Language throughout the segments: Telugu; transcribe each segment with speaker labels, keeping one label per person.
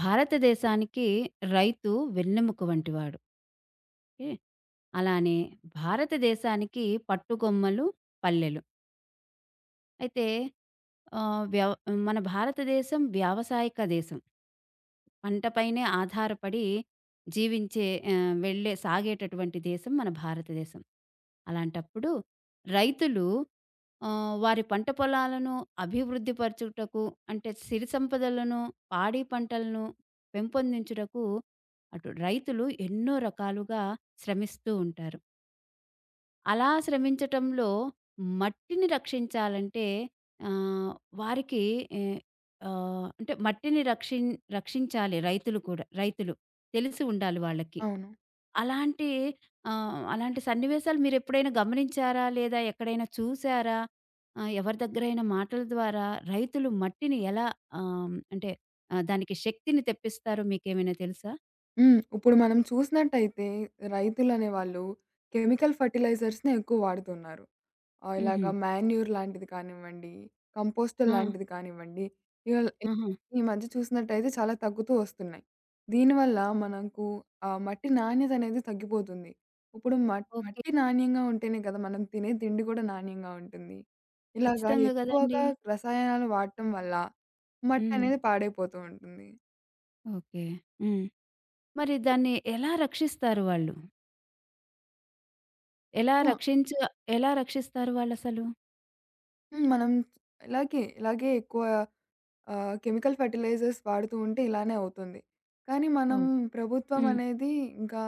Speaker 1: భారతదేశానికి రైతు వెన్నెముక వంటివాడు. ఓకే. అలానే భారతదేశానికి పట్టుగొమ్మలు, పల్లెలు. అయితే ఆహ్, వ్యవ మన భారతదేశం వ్యావసాయక దేశం. పంట పైనే ఆధారపడి జీవించే ఆహ్, వెళ్ళే సాగేటటువంటి దేశం మన భారతదేశం. అలాంటప్పుడు రైతులు వారి పంట పొలాలను అభివృద్ధి పరచుటకు అంటే సిరి సంపదలను, పాడి పంటలను పెంపొందించుటకు అటు రైతులు ఎన్నో రకాలుగా శ్రమిస్తూ ఉంటారు. అలా శ్రమించటంలో మట్టిని రక్షించాలంటే ఆహ్, వారికి ఎ ఆహ్, అంటే మట్టిని రక్షిం రక్షించాలి రైతులు కూడా. రైతులు తెలిసి ఉండాలి వాళ్ళకి.
Speaker 2: అవును.
Speaker 1: అలాంటి అలాంటి సన్నివేశాలు మీరెప్పుడైనా గమనించారా? లేదా ఎక్కడైనా చూసారా? ఎవరి దగ్గరైనా మాటల ద్వారా రైతులు మట్టిని ఎలా అంటే దానికి శక్తిని తెప్పిస్తారో మీకేమైనా తెలుసా?
Speaker 2: హ్మ్. ఇప్పుడు మనం చూసినట్టయితే రైతులనే వాళ్ళు కెమికల్ ఫెర్టిలైజర్స్‌నే ఎక్కువ వాడుతున్నారు. ఇలాగ
Speaker 1: హుహు.
Speaker 2: మాన్యూర్ లాంటిది కానివ్వండి, కంపోస్ట్
Speaker 1: ఆ!
Speaker 2: లాంటిది కానివ్వండి, ఇవల్
Speaker 1: ఆహా!
Speaker 2: ఈ మధ్య చూసినట్టయితే చాలా తగ్గుతూ వస్తున్నాయి. దీనివల్ల మనకు మట్టి నాణ్యత అనేది తగ్గిపోతుంది. ఇప్పుడు
Speaker 1: ఓకే.
Speaker 2: మట్టి నాణ్యంగా ఉంటేనే కదా మనం తినే తిండి కూడా నాణ్యంగా ఉంటుంది. ఇలాగా
Speaker 1: ఖచ్చితంగా గదండీ!
Speaker 2: ఎక్కువగా రసాయనాలు వాడటం వల్ల
Speaker 1: హ్మ్.
Speaker 2: మట్టనేది పాడైపోతూ ఉంటుంది.
Speaker 1: ఓకే. హ్మ్. మరి దాన్ని ఎలా రక్షిస్తారు వాళ్ళు? ఎలా
Speaker 2: ఆ!
Speaker 1: రక్షించ ఎలా రక్షిస్తారు వాళ్ళసలు?
Speaker 2: హ్మ్. మనం ఇలాగే ఎక్కువ కెమికల్ ఫెర్టిలైజర్స్ వాడుతూ ఉంటే ఇలానే అవుతుంది. కానీ మనం
Speaker 1: ఓహ్!
Speaker 2: ప్రభుత్వం
Speaker 1: హ్మ్.
Speaker 2: అనేది ఇంకా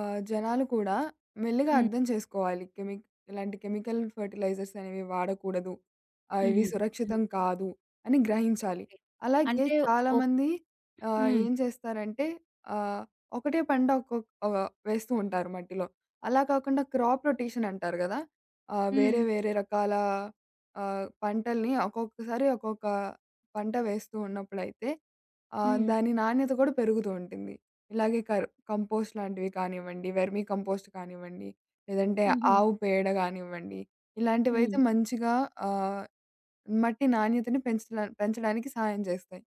Speaker 2: జనాలు కూడా మెల్లిగా
Speaker 1: హ్మ్.
Speaker 2: అర్థం చేసుకోవాలి. ఇలాంటి కెమికల్ ఫెర్టిలైజర్స్ అనేవి వాడకూడదు. ఇవి
Speaker 1: హుహు.
Speaker 2: సురక్షితం కాదు అని గ్రహించాలి.
Speaker 1: ఓకే.
Speaker 2: అలాగే
Speaker 1: అంటే ఒక్
Speaker 2: చాలామంది
Speaker 1: హ్మ్.
Speaker 2: ఏం చేస్తారంటే ఆహ్, ఒకటే పంట ఒక్కొక్క వేస్తూ ఉంటారు మట్టిలో. అలా కాకుండా క్రాప్ రొటేషన్ అంటారు గదా!
Speaker 1: హ్మ్.
Speaker 2: వేరే వేరే రకాల పంటల్ని ఒక్కొక్కసారి ఒక్కొక్క పంట వేస్తూ ఉన్నప్పుడైతే
Speaker 1: హ్మ్.
Speaker 2: దాని నాణ్యత కూడా పెరుగుతూ ఉంటుంది. ఇలాగే కంపోస్ట్ లాంటివి కానివ్వండి, వెర్మీ కంపోస్ట్ కానివ్వండి, లేదంటే
Speaker 1: హుహు.
Speaker 2: ఆవు పేడ గానివ్వండి, ఇలాంటివైతే
Speaker 1: హ్మ్.
Speaker 2: మంచిగా ఆహ్, మట్టి నాణ్యతని పెంచడానికి సహాయం చేస్తాయి.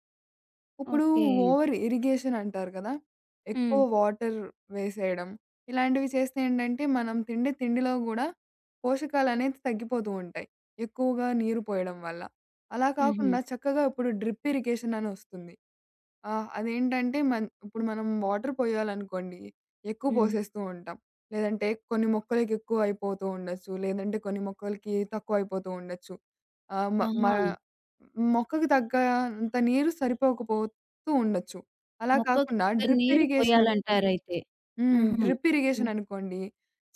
Speaker 2: ఇప్పుడు
Speaker 1: ఓకే.
Speaker 2: ఓవర్ ఇరిగేషన్ అంటారు కదా!
Speaker 1: హ్మ్.
Speaker 2: ఎక్కువ వాటర్ వేసేయడం. ఇలాంటివి చేస్తే ఏంటంటే, మనం తిండిలో గూడా పోషకాలనేవి తగ్గిపోతూ ఉంటాయి. ఎక్కువగా నీరు పోయడం వల్ల. అలా
Speaker 1: హుహు.
Speaker 2: కాకుండా చక్కగా ఇప్పుడు డ్రిప్ ఇరిగేషన్ అని వస్తుంది. అదేంటంటే ఇప్పుడు మనం వాటర్ పోయాలనుకోండి, ఎక్కువ
Speaker 1: హ్మ్.
Speaker 2: పోసేస్తూ ఉంటాం. లేదంటే కొన్ని మొక్కలకి ఎక్కువ అయిపోతూ ఉండొచ్చు. లేదంటే కొన్ని మొక్కలకి తక్కువ అయిపోతూ ఉండొచ్చు. ఆహ్, మ మ
Speaker 1: ఆహా!
Speaker 2: మొక్కకు తగ్గంత నీరు తూ ఉండొచ్చు. అలా
Speaker 1: మొక్కకు
Speaker 2: కాకుండా
Speaker 1: తగ్గ
Speaker 2: డ్రిప్
Speaker 1: నీరు
Speaker 2: ఇరిగేషన్ అనుకోండి
Speaker 1: పోయాలంటారయితే.
Speaker 2: హ్మ్.
Speaker 1: ఆహా!
Speaker 2: డ్రిప్ ఇరిగేషన్
Speaker 1: హ్మ్.
Speaker 2: అనుకోండి.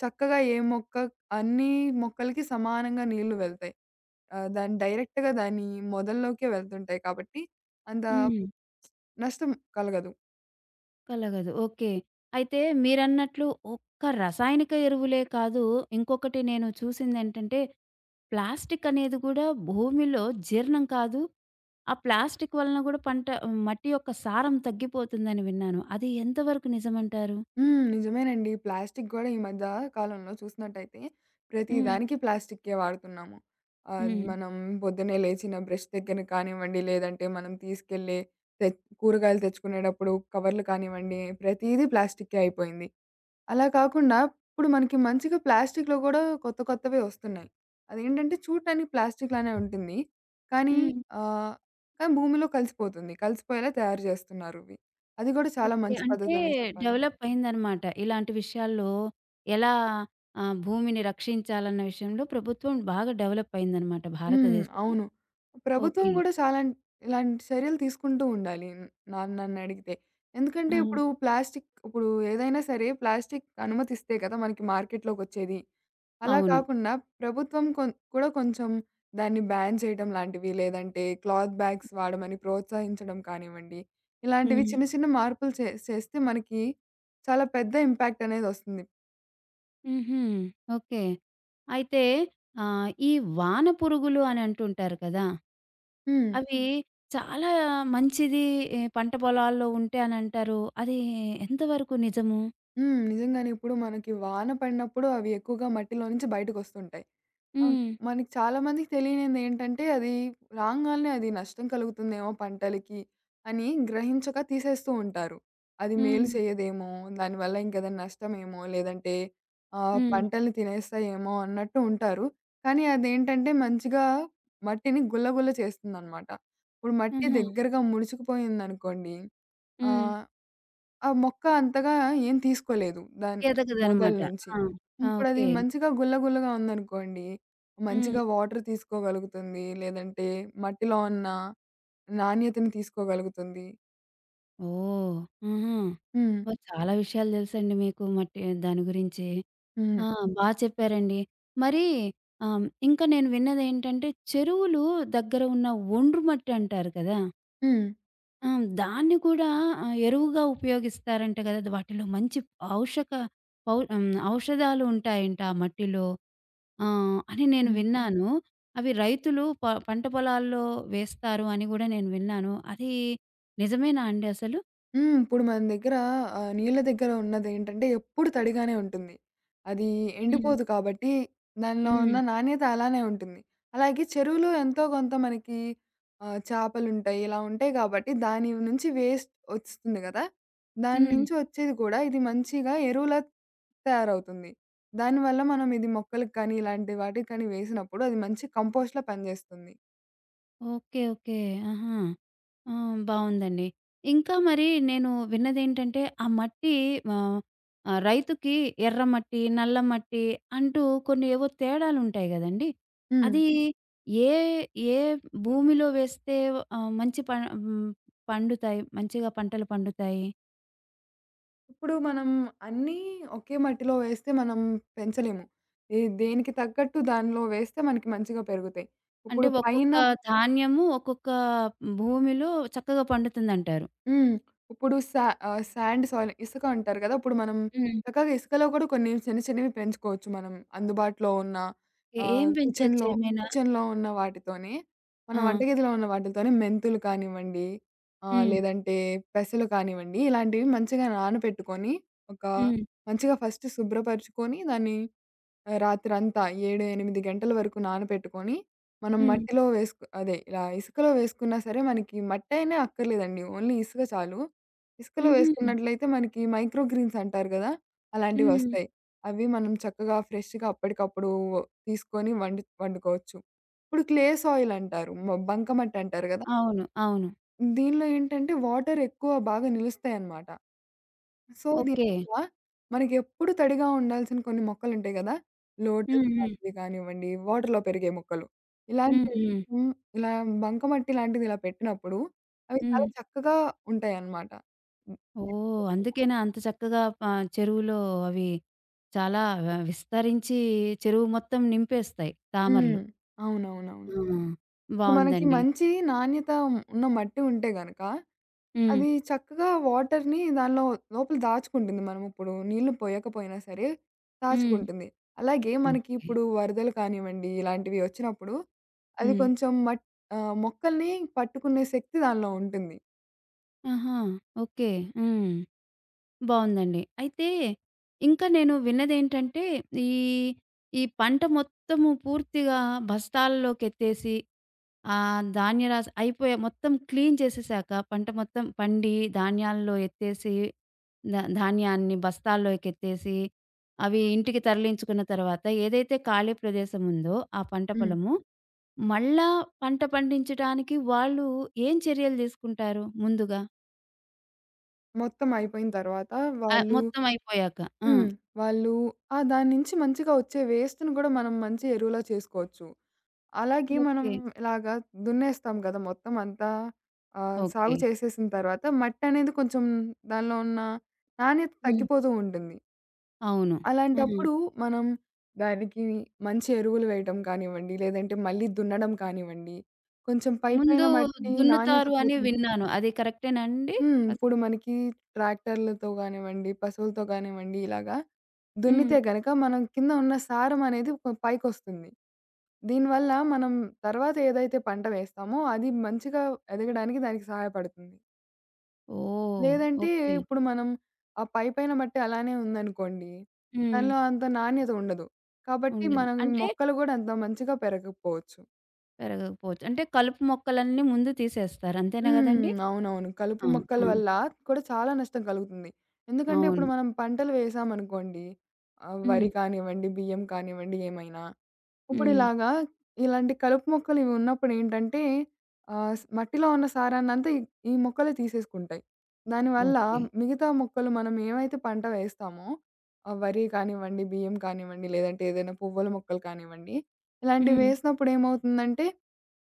Speaker 2: చక్కగా ఏ మొక్క అన్ని మొక్కలకి సమానంగా నీళ్లు వెళ్తాయి. దాని డైరెక్ట్‌గా దాని మొదల్లోకే వెళ్తుంటాయి కాబట్టి, అంత
Speaker 1: హ్మ్.
Speaker 2: నష్టం కలగదు.
Speaker 1: కలగదు. ఓకే. అయితే మీరన్నట్లు ఒక్క రసాయనిక ఎరువులే కాదు, ఇంకొకటి నేను చూసిందేంటంటే ప్లాస్టిక్ అనేది గూడా భూమిలో జీర్ణం కాదు. ఆ ప్లాస్టిక్ వలన గూడా పంట మట్టి యొక్క సారం తగ్గిపోతుందని విన్నాను. అది ఎంతవరకు నిజమంటారు?
Speaker 2: హ్మ్. నిజమేనండి. ప్లాస్టిక్ గూడా ఈ మధ్య కాలంలో చూసినట్టయితే ప్రతి
Speaker 1: హ్మ్.
Speaker 2: దానికి ప్లాస్టిక్కే వాడుతున్నాము.
Speaker 1: హ్మ్.
Speaker 2: మనం పొద్దున్నే లేచిన బ్రష్ దగ్గర కానివ్వండి, లేదంటే మనం తీసుకెళ్ళే తె కూరగాయలు తెచ్చుకునేటప్పుడు కవర్లు కానివ్వండి, ప్రతీదీ ప్లాస్టిక్కే అయిపోయింది. అలా కాకుండా ఇప్పుడు మనకి మంచిగా ప్లాస్టిక్‌లో గూడా కొత్త కొత్తవే వస్తున్నాయి. అదేంటంటే చూడటానికి ప్లాస్టిక్ లానే ఉంటుంది. కానీ
Speaker 1: హ్మ్.
Speaker 2: ఆహ్, కానీ భూమిలో కలిసిపోతుంది. కలిసిపోయేలా తయారు చేస్తున్నారివి. అది గూడా చాలా
Speaker 1: ఓకే.
Speaker 2: మంచి
Speaker 1: అంటే
Speaker 2: పద్ధతనే చెప్పాలి.
Speaker 1: డెవలప్ అయిందనమాట. ఇలాంటి విషయాల్లో ఎలా భూమిని రక్షించాలన్న విషయంలో ప్రభుత్వం బాగా డెవలప్ అయిందనమాట
Speaker 2: హ్మ్.
Speaker 1: భారతదేశంలో.
Speaker 2: అవును. ప్రభుత్వం
Speaker 1: ఓకే.
Speaker 2: గూడా ఇలాంటి చర్యలు తీసుకుంటూ ఉండాలి. న- నా నన్నడిగితే.
Speaker 1: ఆ!
Speaker 2: ఎందుకంటే ఇప్పుడు ఏదైనా సరే ప్లాస్టిక్ అనుమతిస్తే కదా! మనకి మార్కెట్‌లోకొచ్చేది. అలా
Speaker 1: అవును.
Speaker 2: కాకుండా ప్రభుత్వం కూడా కొంచెం దాన్ని బ్యాన్ చేయడం లాంటివి, లేదంటే క్లాత్ బ్యాగ్స్ వాడమని ప్రోత్సహించడం కానివ్వండి, ఇలాంటివి
Speaker 1: హ్మ్.
Speaker 2: చిన్న చిన్న మార్పులు చేస్తే మనకి చాలా పెద్ద ఇంపాక్ట్ అనేదొస్తుంది.
Speaker 1: హుహు. ఓకే. అయితే ఈ వాన పురుగులు అని అంటుంటారు కదా!
Speaker 2: హ్మ్.
Speaker 1: అవి చాలా మంచిది ఈ పంట పొలాల్లో ఉంటే అని అంటారు. అది ఎంతవరకు నిజము?
Speaker 2: హ్మ్. నిజంగానే ఇప్పుడు మనకి వాన పడినప్పుడు అవి ఎక్కువగా మట్టిలో నుంచి బయటకొస్తుంటాయి. అవును.
Speaker 1: హ్మ్.
Speaker 2: మనకి చాలా మందికి తెలియనిదేంటంటే, అది రాంగాల్నే అది నష్టం కలుగుతుందేమో పంటలకి అని గ్రహించక తీసేస్తూ ఉంటారు. అది మేలు
Speaker 1: హ్మ్.
Speaker 2: చేయదేమో, దానివల్ల ఇంకేదైనా నష్టమేమో, లేదంటే
Speaker 1: హ్మ్.
Speaker 2: పంటల్ని తినేస్తాయేమో అన్నట్టు ఉంటారు. కానీ అదేంటంటే మంచిగా మట్టిని గుల్ల గుల్ల చేస్తుందనమాట. ఇప్పుడు మట్టి
Speaker 1: ఆహా!
Speaker 2: దగ్గరగా ముడుచుకుపోయిందనుకోండి
Speaker 1: హ్మ్.
Speaker 2: ఆహ్, ఆ మొక్క అంతగా ఏం తీసుకోలేదు. దాని మొదలు
Speaker 1: ఎదగదనమాట.
Speaker 2: నుంచి.
Speaker 1: ఆ! ఆ!
Speaker 2: ఇప్పుడది
Speaker 1: ఓకే.
Speaker 2: మంచిగా గుల్ల గుల్లగా ఉందనుకోండి,
Speaker 1: హ్మ్.
Speaker 2: మంచిగా వాటర్ తీసుకోగలుగుతుంది. లేదంటే మట్టిలో ఉన్న నాణ్యతను తీసుకోగలుగుతుంది.
Speaker 1: ఓహ్! ఆహా!
Speaker 2: హ్మ్.
Speaker 1: ఓహ్! చాలా విషయాలు తెలుసండి మీకు మట్టి దాని గురించి.
Speaker 2: హ్మ్.
Speaker 1: ఆ! బా చెప్పారండి. మరి ఇంకా నేను విన్నదేంటంటే చెరువులు దగ్గర ఉన్న ఒండ్రు మట్టి అంటారు కదా!
Speaker 2: హ్మ్.
Speaker 1: ఆ! దాన్ని కూడా ఎరువుగా ఉపయోగిస్తారంట కదా! అది వాటిలో మంచి ఔషక పౌ హ్మ్. ఔషధాలు ఉంటాయంట ఆ మట్టిలో. ఆ! అని నేను
Speaker 2: హ్మ్.
Speaker 1: విన్నాను. అవి రైతులు పంట పొలాల్లో వేస్తారు అని కూడా నేను విన్నాను. అది నిజమేనా అండి అసలు?
Speaker 2: హ్మ్. ఇప్పుడు మన దగ్గర నీళ్ళ దగ్గర ఉన్నదేంటంటే ఎప్పుడు తడిగానే ఉంటుంది. అది
Speaker 1: హ్మ్.
Speaker 2: ఎండిపోదు కాబట్టి దానిలో
Speaker 1: హ్మ్.
Speaker 2: ఉన్న నాణ్యత అలానే ఉంటుంది. అలాగే చెరువులో ఎంతో కొంత మనకి చేపలుంటాయి. ఇలా ఉంటాయి కాబట్టి దాని నుంచి వేస్ట్ వస్తుంది గదా! దాని
Speaker 1: హ్మ్.
Speaker 2: నుంచి వచ్చేది కూడా ఇది మంచిగా ఎరువులా తయారవుతుంది. దానివల్ల మనం ఇది మొక్కలకి కానీ ఇలాంటి వాటికి కానీ వేసినప్పుడు అది మంచి కంపోస్ట్‌లా పనిజేస్తుంది.
Speaker 1: ఓకే. ఓకే. ఆహా! ఆ! బావుందండి. ఇంకా మరి నేను విన్నదేంటంటే, ఆ మట్టి ఆహ్, రైతుకి ఎర్రమట్టి, నల్ల మట్టి అంటూ కొన్ని ఏవో తేడాలుంటాయి గదండీ!
Speaker 2: హ్మ్.
Speaker 1: అది ఏ, ఏ భూమిలో వేస్తే మంచి హ్మ్, పండుతాయి, మంచిగా పంటలు పండుతాయి?
Speaker 2: ఇప్పుడు మనం అన్నీ ఒకే మట్టిలో వేస్తే మనం పెంచలేము. ఏ దేనికి తగ్గట్టు దానిలో వేస్తే మనకి మంచిగా పెరుగుతాయి.
Speaker 1: అంటే
Speaker 2: ఇప్పుడు పైన
Speaker 1: ఒక్కొక్క ధాన్యము ఒక్కొక్క భూమిలో చక్కగా పండుతుందంటారు.
Speaker 2: హ్మ్. ఇప్పుడు సాండ్ సాయిల్ ఇసుక అంటారు కదా! ఇప్పుడు మనం
Speaker 1: హ్మ్.
Speaker 2: చక్కగా ఇసుకలో కూడా కొన్ని చిన్న చిన్నవి పెంచుకోవచ్చు మనం అందుబాటులో ఉన్న
Speaker 1: ఏం
Speaker 2: ఆహ్,
Speaker 1: పెంచొచ్చు
Speaker 2: కిచెన్‌లో
Speaker 1: ఏమైనా?
Speaker 2: కిచెన్‌లో ఉన్న వాటితోనే, మన
Speaker 1: ఆ!
Speaker 2: వంటగదిలో ఉన్న వాటితోనే మెంతులు కానివ్వండి,
Speaker 1: హ్మ్.
Speaker 2: లేదంటే పెసలు కానివ్వండి, ఇలాంటివి మంచిగా నానబెట్టుకొని, ఒక
Speaker 1: హ్మ్.
Speaker 2: మంచిగా ఫస్ట్ శుభ్రపరుచుకొని దాన్ని రాత్రంతా 7, 8 గంటల వరకు నానపెట్టుకొని, మనం
Speaker 1: హ్మ్.
Speaker 2: మట్టిలో వేసుకు అదే ఇలా ఇసుకలో వేసుకున్నా సరే మనకి మట్టయినా అక్కర్లేదండి. ఓన్లీ ఇసుక చాలు. ఇసుకలో
Speaker 1: హుహు.
Speaker 2: వేసుకున్నట్లయితే మనకి మైక్రో గ్రీన్స్ అంటారు గదా!
Speaker 1: హ్మ్.
Speaker 2: అలాంటివొస్తాయి. అవి మనం చక్కగా ఫ్రెష్‌గా అప్పటికప్పుడు తీసుకొని వండుకోవచ్చు. ఇప్పుడు క్లే సాయిల్ అంటారు. బంకమట్టంటారు గదా!
Speaker 1: అవును. అవును.
Speaker 2: దీనిలో ఏంటంటే వాటర్ ఎక్కువ బాగా నిలుస్తాయన్నమాట. So,
Speaker 1: okay.
Speaker 2: దీనివల్ల మనకెప్పుడు తడిగా ఉండాల్సిన కొన్ని మొక్కలుంటాయి గదా!
Speaker 1: హ్మ్.
Speaker 2: లోటస్
Speaker 1: హ్మ్.
Speaker 2: లాంటివి కానివ్వండి, వాటర్‌లో పెరిగే మొక్కలు.
Speaker 1: హ్మ్.
Speaker 2: ఇలాంటివి
Speaker 1: హ్మ్.
Speaker 2: హ్మ్. ఇలా బంకమట్టి లాంటిది ఇలా పెట్టినప్పుడు అవి
Speaker 1: హ్మ్.
Speaker 2: చాలా చక్కగా ఉంటాయన్నమాట. హ్మ్.
Speaker 1: ఓహ్! అందుకేనా అంత చక్కగా చెరువులో అవి చాలా విస్తరించి చెరువు మొత్తం నింపేస్తాయి
Speaker 2: హ్మ్.
Speaker 1: తామరలు.
Speaker 2: అవునవునవును.
Speaker 1: ఆ!
Speaker 2: ఇప్పుడు మనకి
Speaker 1: బావుందండి.
Speaker 2: మంచి నాణ్యత ఉన్న మట్టి ఉంటే గనక,
Speaker 1: హ్మ్.
Speaker 2: అది చక్కగా వాటర్‌ని దానిలో లోపల దాచుకుంటుంది. మనమిప్పుడు నీళ్లు పోయకపోయినా సరే
Speaker 1: హ్మ్.
Speaker 2: దాచుకుంటుంది. అలాగే మనకి
Speaker 1: ఓకే.
Speaker 2: ఇప్పుడు వరదలు కానివ్వండి, ఇలాంటివి వచ్చినప్పుడు అది
Speaker 1: హ్మ్.
Speaker 2: కొంచెం మొక్కల్ని పట్టుకునే శక్తి దానిలో ఉంటుంది.
Speaker 1: ఆహా! ఓకే. హ్మ్. బావుందండి. అయితే ఇంకా నేను విన్నదేంటంటే, ఈ, ఈ పంట మొత్తము పూర్తిగా బస్తాల్లోకెత్తేసి, ధాన్యరాశి అయిపోయే మొత్తం క్లీన్ చేసేసాక, పంట మొత్తం పండి ధాన్యాల్లో ఎత్తేసి, ధాన్యాన్ని బస్తాల్లోకెత్తేసి, అవి ఇంటికి తరలించుకున్న తర్వాత ఏదైతే ఖాళీ ప్రదేశం ఉందో ఆ పంట
Speaker 2: హ్మ్.
Speaker 1: పొలము, మళ్ళా పంట పండించటానికి వాళ్ళు ఏం చర్యలు తీసుకుంటారు ముందుగా?
Speaker 2: మొత్తం అయిపోయిన తర్వాత వాళ్ళు
Speaker 1: మొత్తం అయిపోయాక? ఆ!
Speaker 2: హ్మ్. వాళ్ళు ఆ! దాని నుంచి మంచిగా వచ్చే వేస్ట్‌ని గూడా మనం మంచి ఎరువులా చేసుకోవచ్చు. అలాగే మనం
Speaker 1: ఓకే.
Speaker 2: ఇలాగా దున్నేస్తాం గదా! మొత్తం అంతా
Speaker 1: ఓకే.
Speaker 2: సాగు చేసేసిన తర్వాత మట్టనేది కొంచెం దానిలో ఉన్న నాణ్యత
Speaker 1: హ్మ్.
Speaker 2: తగ్గిపోతూ ఉంటుంది.
Speaker 1: అవును. ఆ!
Speaker 2: అలాంటప్పుడు మనం దానికి మంచి ఎరువులు వేయటం కానివ్వండి, లేదంటే మళ్ళీ దున్నడం కానివ్వండి, కొంచెం పైపైన
Speaker 1: ముందు
Speaker 2: మట్టి నాణ్యత
Speaker 1: దున్నుతారు అని
Speaker 2: పోతుం
Speaker 1: విన్నాను. అది కరెక్టేనా అండి?
Speaker 2: హ్మ్.
Speaker 1: ఫస్ట్
Speaker 2: ఇప్పుడు మనకి ట్రాక్టర్లతో గానివ్వండి, పశువులతో గానివ్వండి ఇలాగా
Speaker 1: హ్మ్.
Speaker 2: దున్నితే గనక మనం కింద ఉన్న సారం అనేది పైకొస్తుంది. దీనివల్ల మనం తర్వాత ఏదైతే పంట వేస్తామో అది మంచిగా ఎదగడానికి దానికి సహాయపడుతుంది.
Speaker 1: ఓహ్!
Speaker 2: లేదంటే
Speaker 1: ఓకే.
Speaker 2: ఇప్పుడు మనం ఆ పైపైన మట్టి అలానే ఉందనుకోండి,
Speaker 1: హ్మ్.
Speaker 2: దానిలో అంత నాణ్యత ఉండదు. కాబట్టి
Speaker 1: ఉండదు.
Speaker 2: మనం ఈ
Speaker 1: అంటే
Speaker 2: మొక్కలు గూడా అంత మంచిగా పెరగకపోవచ్చు.
Speaker 1: పెరగకపోవచ్చు. అంటే కలుపు మొక్కలన్నీ ముందు తీసేస్తారు. అంతేనా గదండీ?
Speaker 2: హ్మ్. అవునవును. కలుపు
Speaker 1: ఆ!
Speaker 2: మొక్కల
Speaker 1: ఆ!
Speaker 2: వల్ల కూడా చాలా నష్టం కలుగుతుంది. ఎందుకంటే
Speaker 1: అవును.
Speaker 2: ఇప్పుడు మనం పంటలు వేసామనుకోండి,
Speaker 1: హ్మ్.
Speaker 2: వరి కానివ్వండి, బియ్యం కానివ్వండి ఏమైనా. ఇప్పుడు
Speaker 1: హ్మ్.
Speaker 2: ఇలాగా ఇలాంటి కలుపు మొక్కలు ఇవి ఉన్నప్పుడు ఏంటంటే ఆహ్, స్ మట్టిలో ఉన్న సారాన్నంతా ఈ ఈ మొక్కలే తీసేసుకుంటాయి. దానివల్ల
Speaker 1: ఓకే.
Speaker 2: మిగతా మొక్కలు మనం ఏవైతే పంట వేస్తామో వరి కానివ్వండి, బియ్యం కానివ్వండి, లేదంటే ఏదైనా పువ్వుల మొక్కలు కానివ్వండి, ఇలాంటివి
Speaker 1: హ్మ్.
Speaker 2: వేసినప్పుడు ఏమవుతుందంటే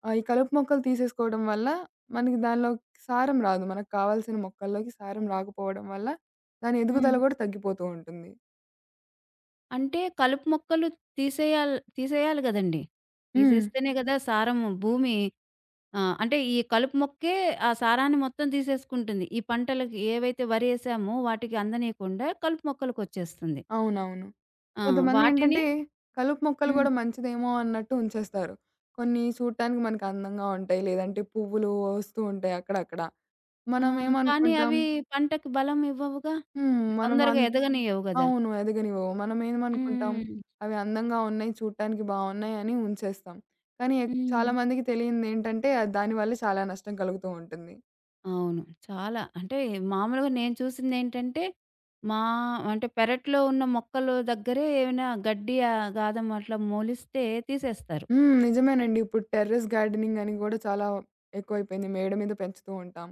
Speaker 2: ఆ! ఈ కలుపు మొక్కలు తీసేసుకోవడం వల్ల మనకి దానిలో సారం రాదు. మనకు కావాల్సిన మొక్కల్లోకి సారం రాకపోవడం వల్ల దాని
Speaker 1: హ్మ్.
Speaker 2: ఎదుగుదల గూడా తగ్గిపోతూ ఉంటుంది.
Speaker 1: అంటే కలుపు మొక్కలు తీసేయాలి తీసేయాలి గదండీ!
Speaker 2: హ్మ్.
Speaker 1: తీసేస్తేనే గదా సారము భూమి. ఆ! అంటే ఈ కలుపు మొక్కే ఆ సారాన్ని మొత్తం తీసేసుకుంటుంది. ఈ పంటలకి ఏవైతే వరేసామో వాటికి అందనీయకుండా కలుపు మొక్కలకొచ్చేస్తుంది.
Speaker 2: అవునవును.
Speaker 1: ఆ! వాటిని
Speaker 2: కొంతమందేంటంటే కలుపు మొక్కలు
Speaker 1: హ్మ్.
Speaker 2: గూడా మంచిదేమో అన్నట్టు ఉంచేస్తారు. కొన్ని చూడటానికి మనకు అందంగా ఉంటాయి. లేదంటే పువ్వులు వస్తూ ఉంటాయి అక్కడక్కడ.
Speaker 1: ఆ!
Speaker 2: మనం
Speaker 1: కానీ
Speaker 2: ఏమనుకుంటాం
Speaker 1: అవి పంటకి బలం ఇవ్వవుగా.
Speaker 2: హ్మ్. మనం
Speaker 1: తొందరగా ఎదగనియ్యవు గదా!
Speaker 2: అవును. ఎదగనివ్వవు. మనమేమనుకుంటాం,
Speaker 1: హ్మ్.
Speaker 2: అవి అందంగా ఉన్నాయి, చూడటానికి బావున్నాయి అని ఉంచేస్తాం. కానీ
Speaker 1: హ్మ్.
Speaker 2: చాలా మందికి తెలియనిదేంటంటే, అది దానివల్ల చాలా నష్టం కలుగుతూ ఉంటుంది.
Speaker 1: అవును. చాలా అంటే మామూలుగా నేను చూసిందేంటంటే, మా అంటే పెరట్లో ఉన్న మొక్కలు దగ్గరే ఏమైనా గడ్డి గాదం అట్లా మొలిస్తే తీసేస్తారు.
Speaker 2: హ్మ్. నిజమేనండి. ఇప్పుడు టెర్రస్ గార్డెనింగ్ అని గూడా చాలా ఎక్కువైపోయింది. మేడ మీద పెంచుతూ ఉంటాం.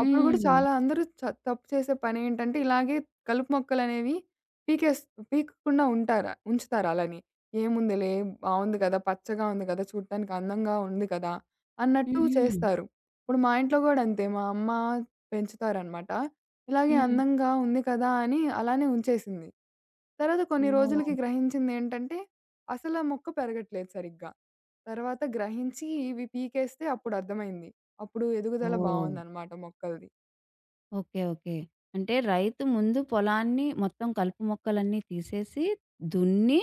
Speaker 2: అప్పుడు గూడా చాలా అందరూ తప్పు చేసే పనేంటంటే, ఇలాగే కలుపు మొక్కలనేవి పీకేస్ పీకకుండా ఉంచుతారు అలానే. ఏముందిలే బావుంది కదా! పచ్చగా ఉంది కదా! చూడటానికి అందంగా ఉంది కదా! అన్నట్టు
Speaker 1: హుహు.
Speaker 2: చేస్తారు. ఇప్పుడు మా ఇంట్లో గూడా అంతే. మా అమ్మ పెంచుతారనమాట. ఇలాగే
Speaker 1: హ్మ్.
Speaker 2: అందంగా ఉంది కదా! అని అలానే ఉంచేసింది. తర్వాత కొన్ని
Speaker 1: ఓహ్!
Speaker 2: రోజులకి గ్రహించిందేంటంటే అసలా మొక్క పెరగట్లేదు సరిగ్గా. తర్వాత గ్రహించి ఇవి పీకేస్తే అప్పుడు అర్థమైంది. అప్పుడు ఎదుగుదల
Speaker 1: ఓహ్!
Speaker 2: బావుందనమాట మొక్కలది.
Speaker 1: ఓకే. ఓకే. అంటే రైతు ముందు పొలాన్ని మొత్తం కలుపు మొక్కలన్నీ తీసేసి, దున్ని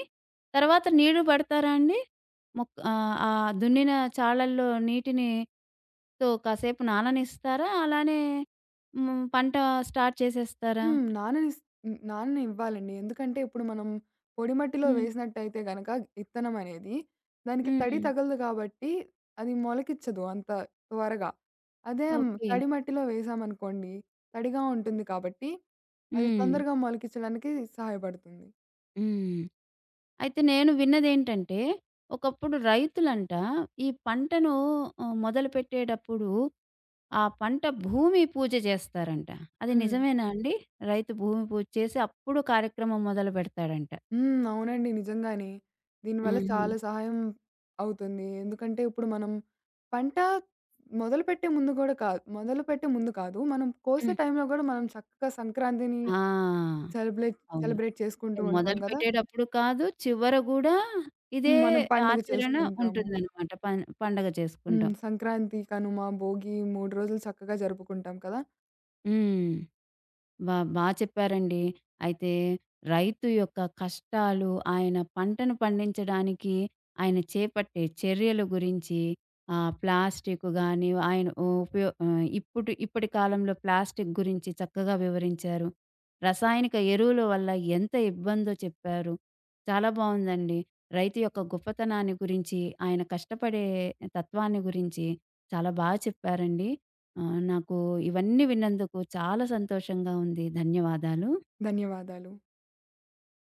Speaker 1: తర్వాత నీరు పెడతారా అండి? ఆ దున్నిన చాళల్లో నీటిని తో కాసేపు నాననిస్తారా? అలానే పంట స్టార్ట్ చేసేస్తారా?
Speaker 2: హ్మ్. నాననిస్ హ్మ్. నాననివ్వాలండి. ఎందుకంటే ఇప్పుడు మనం పొడి మట్టిలో
Speaker 1: హ్మ్.
Speaker 2: వేసినట్టయితే గనక ఇత్తనం అనేది దానికి తడి
Speaker 1: హ్మ్.
Speaker 2: తగలదు కాబట్టి అది మొలకిచ్చదు అంత త్వరగా. అదే హ్మ్.
Speaker 1: ఓకే.
Speaker 2: తడి మట్టిలో వేసామనుకోండి, తడిగా ఉంటుంది కాబట్టి అది
Speaker 1: హ్మ్.
Speaker 2: తొందరగా మొలకిచ్చడానికి సహాయపడుతుంది.
Speaker 1: హ్మ్. అయితే నేను విన్నదేంటంటే, ఒకప్పుడు రైతులంట ఈ పంటను మొదలుపెట్టేటప్పుడు ఆ పంట భూమి పూజ చేస్తారంట. అది
Speaker 2: హ్మ్.
Speaker 1: నిజమేనా అండి? రైతు భూమి పూజ చేసి అప్పుడు కార్యక్రమం మొదలుపెడతాడంట.
Speaker 2: హ్మ్. అవునండి. నిజంగానే. దీనివల్ల
Speaker 1: హుహు.
Speaker 2: చాలా సహాయం అవుతుంది. ఎందుకంటే ఇప్పుడు మనం పంట మొదలుపెట్టే ముందు కాదు. మనం కోసే
Speaker 1: హ్మ్.
Speaker 2: టైంలో గూడా మనం చక్కగా సంక్రాంతిని
Speaker 1: ఆ!
Speaker 2: సెలబ్రేట్
Speaker 1: అవును.
Speaker 2: సెలబ్రేట్ చేసుకుంటూ ఉంటాం గదా!
Speaker 1: మొదలుపెట్టేటప్పుడు కాదు, చివర గూడా ఇదే
Speaker 2: హ్మ్. మనం పండుగ
Speaker 1: ఆచరణ
Speaker 2: చేసుకుంటాము.
Speaker 1: ఉంటుందనమాట. పండగ
Speaker 2: హ్మ్.
Speaker 1: చేసుకుంటాం.
Speaker 2: సంక్రాంతి, కనుమ, భోగి 3 రోజులు చక్కగా జరుపుకుంటాం కదా!
Speaker 1: హ్మ్. బా బా చెప్పారండి. అయితే రైతు యొక్క కష్టాలు, ఆయన పంటను పండించడానికి ఆయన చేపట్టే చర్యల గురించి ప్లాస్టిక్ గాని ఆయన ఇప్పుడు ఇప్పటి కాలంలో ప్లాస్టిక్ గురించి చక్కగా వివరించారు. రసాయనిక ఎరువుల వల్ల ఎంత ఇబ్బందో చెప్పారు. చాలా బావుందండి. రైతు యొక్క గొప్పతనాన్ని గురించి, ఆయన కష్టపడే తత్వాన్ని గురించి చాలా బా చెప్పారండి. ఆ! నాకు ఇవన్నీ విన్నందుకు చాలా సంతోషంగా ఉంది. ధన్యవాదాలు.
Speaker 2: ధన్యవాదాలు.